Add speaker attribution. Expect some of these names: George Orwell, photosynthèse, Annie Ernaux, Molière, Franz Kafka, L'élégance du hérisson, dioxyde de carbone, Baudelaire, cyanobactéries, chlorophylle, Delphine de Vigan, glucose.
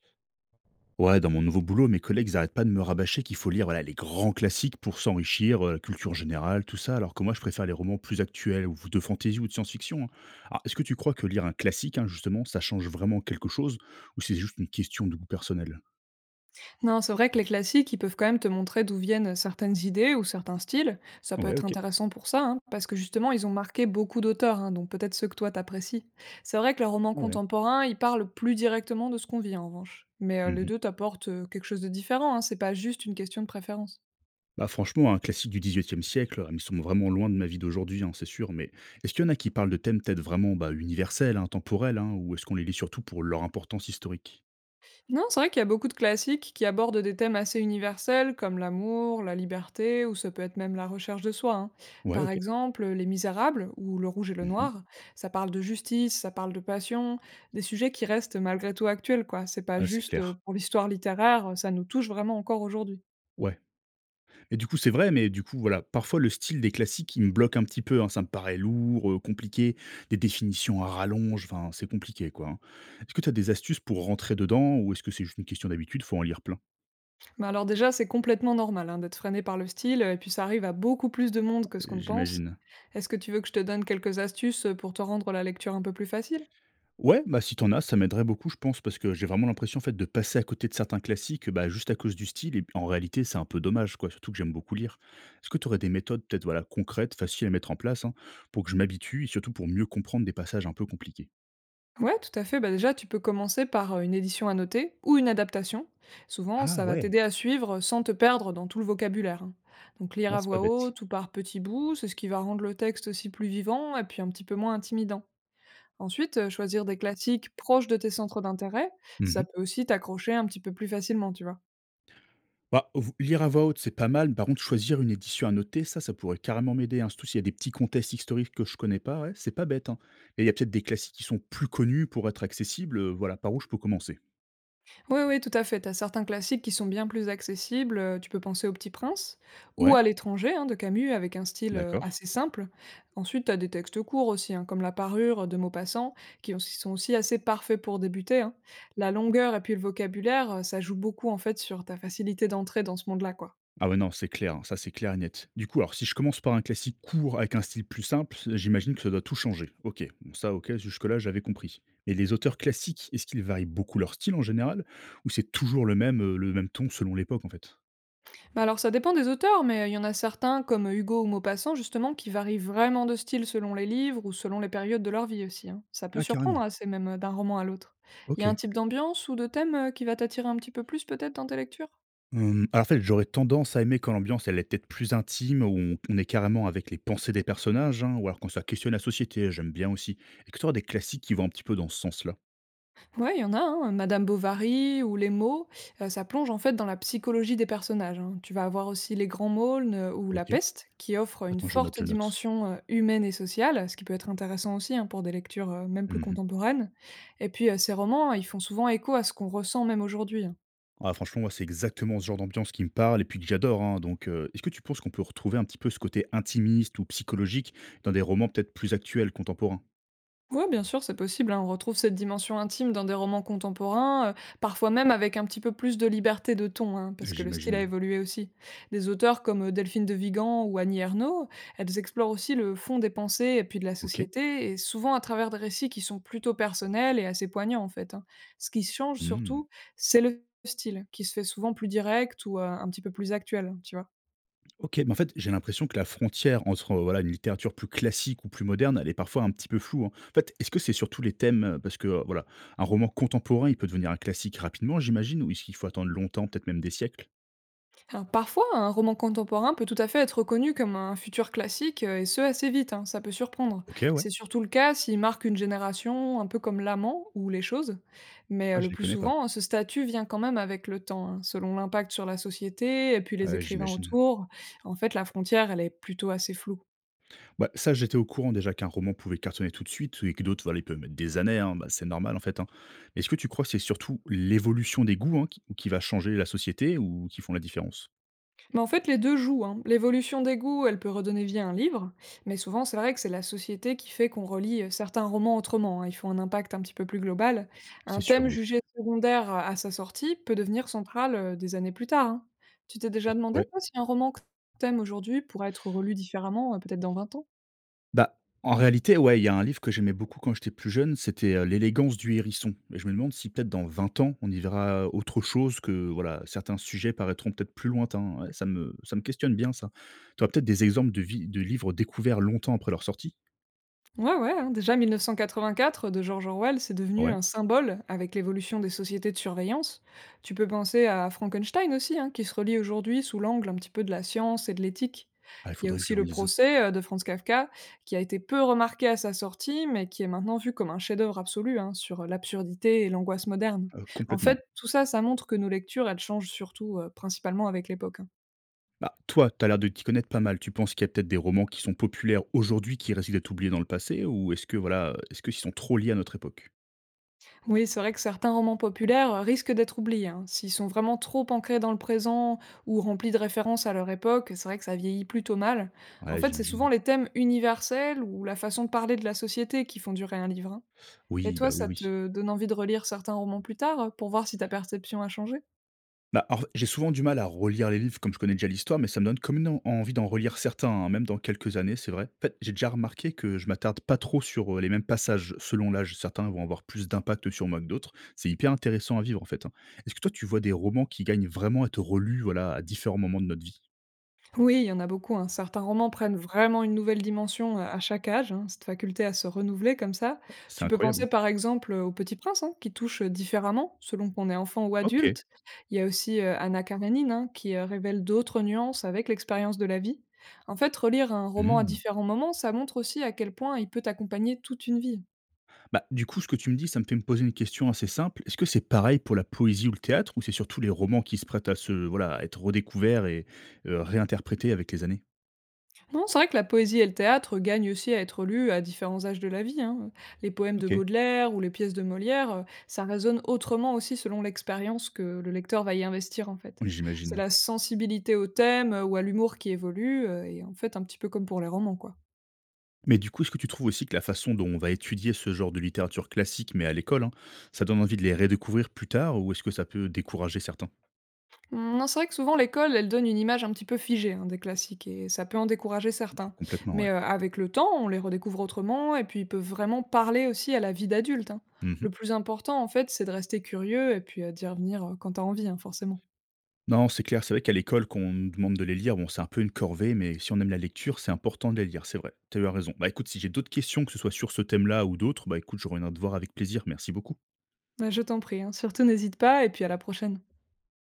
Speaker 1: Ouais, dans mon nouveau boulot, mes collègues n'arrêtent pas de me rabâcher qu'il faut lire voilà, les grands classiques pour s'enrichir, la culture générale, tout ça, alors que moi je préfère les romans plus actuels, ou de fantaisie ou de science-fiction, hein. Alors, est-ce que tu crois que lire un classique, hein, justement, ça change vraiment quelque chose, ou c'est juste une question de goût personnel?
Speaker 2: Non, c'est vrai que les classiques, ils peuvent quand même te montrer d'où viennent certaines idées ou certains styles. Ça peut
Speaker 1: Ouais,
Speaker 2: être
Speaker 1: ok.
Speaker 2: intéressant pour ça, hein, parce que justement, ils ont marqué beaucoup d'auteurs, hein, donc peut-être ceux que toi t'apprécies. C'est vrai que les romans
Speaker 1: Ouais.
Speaker 2: contemporains, ils parlent plus directement de ce qu'on vit en revanche. Mais les
Speaker 1: Mhm.
Speaker 2: deux t'apportent quelque chose de différent, hein, c'est pas juste une question de préférence.
Speaker 1: Bah, franchement, un classique du XVIIIe siècle, ils sont vraiment loin de ma vie d'aujourd'hui, hein, c'est sûr, mais est-ce qu'il y en a qui parlent de thèmes peut-être vraiment bah, universels, hein, temporels, hein, ou est-ce qu'on les lit surtout pour leur importance historique?
Speaker 2: Non, c'est vrai qu'il y a beaucoup de classiques qui abordent des thèmes assez universels comme l'amour, la liberté ou ça peut être même la recherche de soi, hein.
Speaker 1: Ouais,
Speaker 2: Par
Speaker 1: ok.
Speaker 2: exemple, Les Misérables ou Le Rouge et le
Speaker 1: Mhm.
Speaker 2: Noir, ça parle de justice, ça parle de passion, des sujets qui restent malgré tout actuels quoi. C'est pas
Speaker 1: Ah, c'est
Speaker 2: juste
Speaker 1: clair.
Speaker 2: pour l'histoire littéraire, ça nous touche vraiment encore aujourd'hui.
Speaker 1: Ouais. Et du coup, c'est vrai, mais du coup, voilà, parfois le style des classiques, il me bloque un petit peu, hein, ça me paraît lourd, compliqué, des définitions à rallonge, enfin, c'est compliqué, quoi, hein. Est-ce que tu as des astuces pour rentrer dedans ou est-ce que c'est juste une question d'habitude? Faut en lire plein,
Speaker 2: Bah alors déjà, c'est complètement normal hein, d'être freiné par le style, et puis ça arrive à beaucoup plus de monde que ce qu'on ne pense.
Speaker 1: j'imagine.
Speaker 2: Est-ce que tu veux que je te donne quelques astuces pour te rendre la lecture un peu plus facile?
Speaker 1: Ouais, bah, si t'en as, ça m'aiderait beaucoup, je pense, parce que j'ai vraiment l'impression, en fait, de passer à côté de certains classiques, bah, juste à cause du style et en réalité, c'est un peu dommage, quoi, surtout que j'aime beaucoup lire. Est-ce que tu aurais des méthodes peut-être, voilà, concrètes, faciles à mettre en place, hein, pour que je m'habitue et surtout pour mieux comprendre des passages un peu compliqués?
Speaker 2: Ouais, tout à fait. Bah, déjà, tu peux commencer par une édition annotée ou une adaptation. Souvent,
Speaker 1: Ah
Speaker 2: ça va
Speaker 1: ouais!
Speaker 2: t'aider à suivre sans te perdre dans tout le vocabulaire, hein. Donc, lire
Speaker 1: Ah,
Speaker 2: à
Speaker 1: c'est pas
Speaker 2: voix
Speaker 1: bête.
Speaker 2: haute ou par petits bouts, c'est ce qui va rendre le texte aussi plus vivant et puis un petit peu moins intimidant. Ensuite, choisir des classiques proches de tes centres d'intérêt, ça
Speaker 1: Mmh.
Speaker 2: peut aussi t'accrocher un petit peu plus facilement, tu vois.
Speaker 1: Bah, v lire à voix haute, c'est pas mal. Par contre, choisir une édition à noter, ça pourrait carrément m'aider, hein. Surtout s'il y a des petits contextes historiques que je connais pas, ouais, c'est pas bête, hein. Et il y a peut-être des classiques qui sont plus connus pour être accessibles, voilà, par où je peux commencer?
Speaker 2: Oui, oui, tout à fait. Tu as certains classiques qui sont bien plus accessibles. Tu peux penser au Petit Prince ou
Speaker 1: Ouais,
Speaker 2: à L'étranger hein, de Camus avec un style
Speaker 1: d'accord.
Speaker 2: assez simple. Ensuite, tu as des textes courts aussi, hein, comme La Parure de Maupassant, sont aussi assez parfaits pour débuter, hein. La longueur et puis le vocabulaire, ça joue beaucoup en fait sur ta facilité d'entrée dans ce monde-là, quoi.
Speaker 1: Ah ouais, non, c'est clair, hein, ça, c'est clair et net. Du coup, alors si je commence par un classique court avec un style plus simple, j'imagine que ça doit tout changer. OK, bon ça, OK, jusque-là, j'avais compris. Mais les auteurs classiques, est-ce qu'ils varient beaucoup leur style en général? Ou c'est toujours le même ton selon l'époque, en fait?
Speaker 2: Bah alors ça dépend des auteurs, mais il y en a certains, comme Hugo ou Maupassant, justement, qui varient vraiment de style selon les livres ou selon les périodes de leur vie aussi, hein. Ça peut
Speaker 1: Ah
Speaker 2: surprendre,
Speaker 1: carrément,
Speaker 2: assez même d'un roman à l'autre. Il y a un
Speaker 1: OK.
Speaker 2: type d'ambiance ou de thème qui va t'attirer un petit peu plus peut-être dans tes lectures.
Speaker 1: Hem, alors en fait, j'aurais tendance à aimer quand l'ambiance elle est peut-être plus intime, où on est carrément avec les pensées des personnages, hein, ou alors quand ça questionne la société, j'aime bien aussi. Et que tu auras des classiques qui vont un petit peu dans ce sens-là?
Speaker 2: Ouais, il y en a, hein, Madame Bovary ou Les Mots, ça plonge en fait dans la psychologie des personnages, hein. Tu vas avoir aussi Les Grands Maulnes ou La
Speaker 1: OK.
Speaker 2: Peste, qui offrent une
Speaker 1: Attends, je note,
Speaker 2: forte
Speaker 1: je note.
Speaker 2: dimension humaine et sociale, ce qui peut être intéressant aussi hein, pour des lectures même plus
Speaker 1: Mmh.
Speaker 2: contemporaines. Et puis ces romans, hein, ils font souvent écho à ce qu'on ressent même aujourd'hui, hein.
Speaker 1: Ah franchement, moi, c'est exactement ce genre d'ambiance qui me parle et puis que j'adore, hein, donc est-ce que tu penses qu'on peut retrouver un petit peu ce côté intimiste ou psychologique dans des romans peut-être plus actuels, contemporains?
Speaker 2: Ouais, bien sûr, c'est possible, hein. On retrouve cette dimension intime dans des romans contemporains, parfois même avec un petit peu plus de liberté de ton, hein, parce que le style a
Speaker 1: J'imagine.
Speaker 2: évolué aussi. Des auteurs comme Delphine de Vigan ou Annie Ernaux, elles explorent aussi le fond des pensées et puis de la
Speaker 1: OK.
Speaker 2: société, et souvent à travers des récits qui sont plutôt personnels et assez poignants en fait, hein. Ce qui change
Speaker 1: Mmh.
Speaker 2: surtout, c'est le style, qui se fait souvent plus direct ou un petit peu plus actuel, tu vois.
Speaker 1: OK, mais en fait, j'ai l'impression que la frontière entre, voilà, une littérature plus classique ou plus moderne, elle est parfois un petit peu floue, hein. En fait, est-ce que c'est surtout les thèmes, parce que, voilà, un roman contemporain, il peut devenir un classique rapidement, j'imagine? Ou est-ce qu'il faut attendre longtemps, peut-être même des siècles?
Speaker 2: Alors parfois, un roman contemporain peut tout à fait être reconnu comme un futur classique, et ce assez vite, hein, ça peut surprendre.
Speaker 1: OK, ouais.
Speaker 2: C'est surtout le cas s'il marque une génération, un peu comme l'amant ou les choses. Mais
Speaker 1: Ah, je
Speaker 2: le
Speaker 1: les
Speaker 2: plus
Speaker 1: connais pas.
Speaker 2: souvent, ce statut vient quand même avec le temps, hein, selon l'impact sur la société et puis
Speaker 1: Ah
Speaker 2: les
Speaker 1: ouais,
Speaker 2: écrivains
Speaker 1: j'imagine.
Speaker 2: autour. En fait, la frontière, elle est plutôt assez floue.
Speaker 1: Bah, ça, j'étais au courant déjà qu'un roman pouvait cartonner tout de suite et que d'autres, voilà, ils peuvent mettre des années, hein, bah, c'est normal en fait, hein. Mais est-ce que tu crois que c'est surtout l'évolution des goûts hein, qui va changer la société ou qui font la différence?
Speaker 2: Bah, en fait, les 2 jouent, hein. L'évolution des goûts, elle peut redonner vie à un livre, mais souvent, c'est vrai que c'est la société qui fait qu'on relit, certains romans autrement, hein. Ils font un impact un petit peu plus global. Un
Speaker 1: C'est sûr,
Speaker 2: thème
Speaker 1: oui.
Speaker 2: jugé secondaire à sa sortie peut devenir central, des années plus tard, hein. Tu t'es déjà demandé,
Speaker 1: Ouais.
Speaker 2: toi, si un roman que tu aimes aujourd'hui pourrait être relu différemment, peut-être dans 20 ans?
Speaker 1: Bah, en réalité, ouais, il y a un livre que j'aimais beaucoup quand j'étais plus jeune, c'était, «L'élégance du hérisson» et je me demande si peut-être dans 20 ans, on y verra autre chose, que voilà, certains sujets paraîtront peut-être plus lointains. Ouais, ça me questionne bien ça. Tu as peut-être des exemples de vi de livres découverts longtemps après leur sortie?
Speaker 2: Ouais, ouais, hein, déjà 1984 de George Orwell, c'est devenu
Speaker 1: Ouais?
Speaker 2: un symbole avec l'évolution des sociétés de surveillance. Tu peux penser à Frankenstein aussi, hein, qui se relie aujourd'hui sous l'angle un petit peu de la science et de l'éthique.
Speaker 1: Ah, il
Speaker 2: Il y a
Speaker 1: faudrait que je
Speaker 2: aussi
Speaker 1: le
Speaker 2: le
Speaker 1: relise.
Speaker 2: procès de Franz Kafka, qui a été peu remarqué à sa sortie, mais qui est maintenant vu comme un chef-d'œuvre absolu hein, sur l'absurdité et l'angoisse moderne. En
Speaker 1: Complètement.
Speaker 2: fait, tout ça, ça montre que nos lectures, elles changent surtout, principalement avec l'époque, hein.
Speaker 1: Bah, toi, tu as l'air de t'y connaître pas mal. Tu penses qu'il y a peut-être des romans qui sont populaires aujourd'hui, qui risquent d'être oubliés dans le passé? Ou est-ce que voilà, est-ce qu'ils sont trop liés à notre époque?
Speaker 2: Oui, c'est vrai que certains romans populaires risquent d'être oubliés, hein. S'ils sont vraiment trop ancrés dans le présent ou remplis de références à leur époque, c'est vrai que ça vieillit plutôt mal. En
Speaker 1: Ouais,
Speaker 2: fait, c'est souvent
Speaker 1: j'imagine.
Speaker 2: les thèmes universels ou la façon de parler de la société qui font durer un livre, hein. Et
Speaker 1: Oui, bah,
Speaker 2: toi,
Speaker 1: oui,
Speaker 2: ça
Speaker 1: oui.
Speaker 2: te donne envie de relire certains romans plus tard pour voir si ta perception a changé?
Speaker 1: Bah, alors, j'ai souvent du mal à relire les livres comme je connais déjà l'histoire, mais ça me donne comme une envie d'en relire certains, hein, même dans quelques années, c'est vrai. En fait, j'ai déjà remarqué que je m'attarde pas trop sur les mêmes passages selon l'âge. Certains vont avoir plus d'impact sur moi que d'autres. C'est hyper intéressant à vivre, en fait, hein. Est-ce que toi, tu vois des romans qui gagnent vraiment à être relus voilà, à différents moments de notre vie?
Speaker 2: Oui, il y en a beaucoup, hein. Certains romans prennent vraiment une nouvelle dimension à chaque âge, hein, cette faculté à se renouveler comme ça.
Speaker 1: C'est
Speaker 2: Tu peux
Speaker 1: incroyable,
Speaker 2: penser
Speaker 1: hein.
Speaker 2: par exemple au Petit Prince, hein, qui touche différemment selon qu'on est enfant ou
Speaker 1: Ok.
Speaker 2: adulte. Il y a aussi Anna Karenine, hein, qui révèle d'autres nuances avec l'expérience de la vie. En fait, relire un roman à
Speaker 1: Hmm.
Speaker 2: différents moments, ça montre aussi à quel point il peut accompagner toute une vie.
Speaker 1: Bah, du coup, ce que tu me dis, ça me fait me poser une question assez simple. Est-ce que c'est pareil pour la poésie ou le théâtre, ou c'est surtout les romans qui se prêtent à se, voilà, à être redécouverts et réinterprétés avec les années?
Speaker 2: Non, c'est vrai que la poésie et le théâtre gagnent aussi à être lus à différents âges de la vie, hein. Les poèmes de
Speaker 1: Ok.
Speaker 2: Baudelaire ou les pièces de Molière, ça résonne autrement aussi selon l'expérience que le lecteur va y investir en fait.
Speaker 1: Oui,
Speaker 2: C'est
Speaker 1: j'imagine.
Speaker 2: la sensibilité au thème ou à l'humour qui évolue, et en fait un petit peu comme pour les romans quoi.
Speaker 1: Mais du coup, est-ce que tu trouves aussi que la façon dont on va étudier ce genre de littérature classique, mais à l'école, hein, ça donne envie de les redécouvrir plus tard ou est-ce que ça peut décourager certains?
Speaker 2: Non, c'est vrai que souvent l'école, elle donne une image un petit peu figée hein, des classiques et ça peut en décourager certains.
Speaker 1: Complètement,
Speaker 2: Mais
Speaker 1: ouais.
Speaker 2: avec le temps, on les redécouvre autrement et puis ils peuvent vraiment parler aussi à la vie d'adulte, hein. Le
Speaker 1: Mhm.
Speaker 2: plus important, en fait, c'est de rester curieux et puis d'y revenir quand t'as envie, hein, forcément.
Speaker 1: Non, c'est clair, c'est vrai qu'à l'école, quand on nous demande de les lire, bon, c'est un peu une corvée, mais si on aime la lecture, c'est important de les lire, c'est vrai. Tu as eu raison. Bah écoute, si j'ai d'autres questions, que ce soit sur ce thème-là ou d'autres, bah écoute, je reviendrai te voir avec plaisir. Merci beaucoup.
Speaker 2: Ouais, je t'en prie, hein. Surtout n'hésite pas et puis à la prochaine.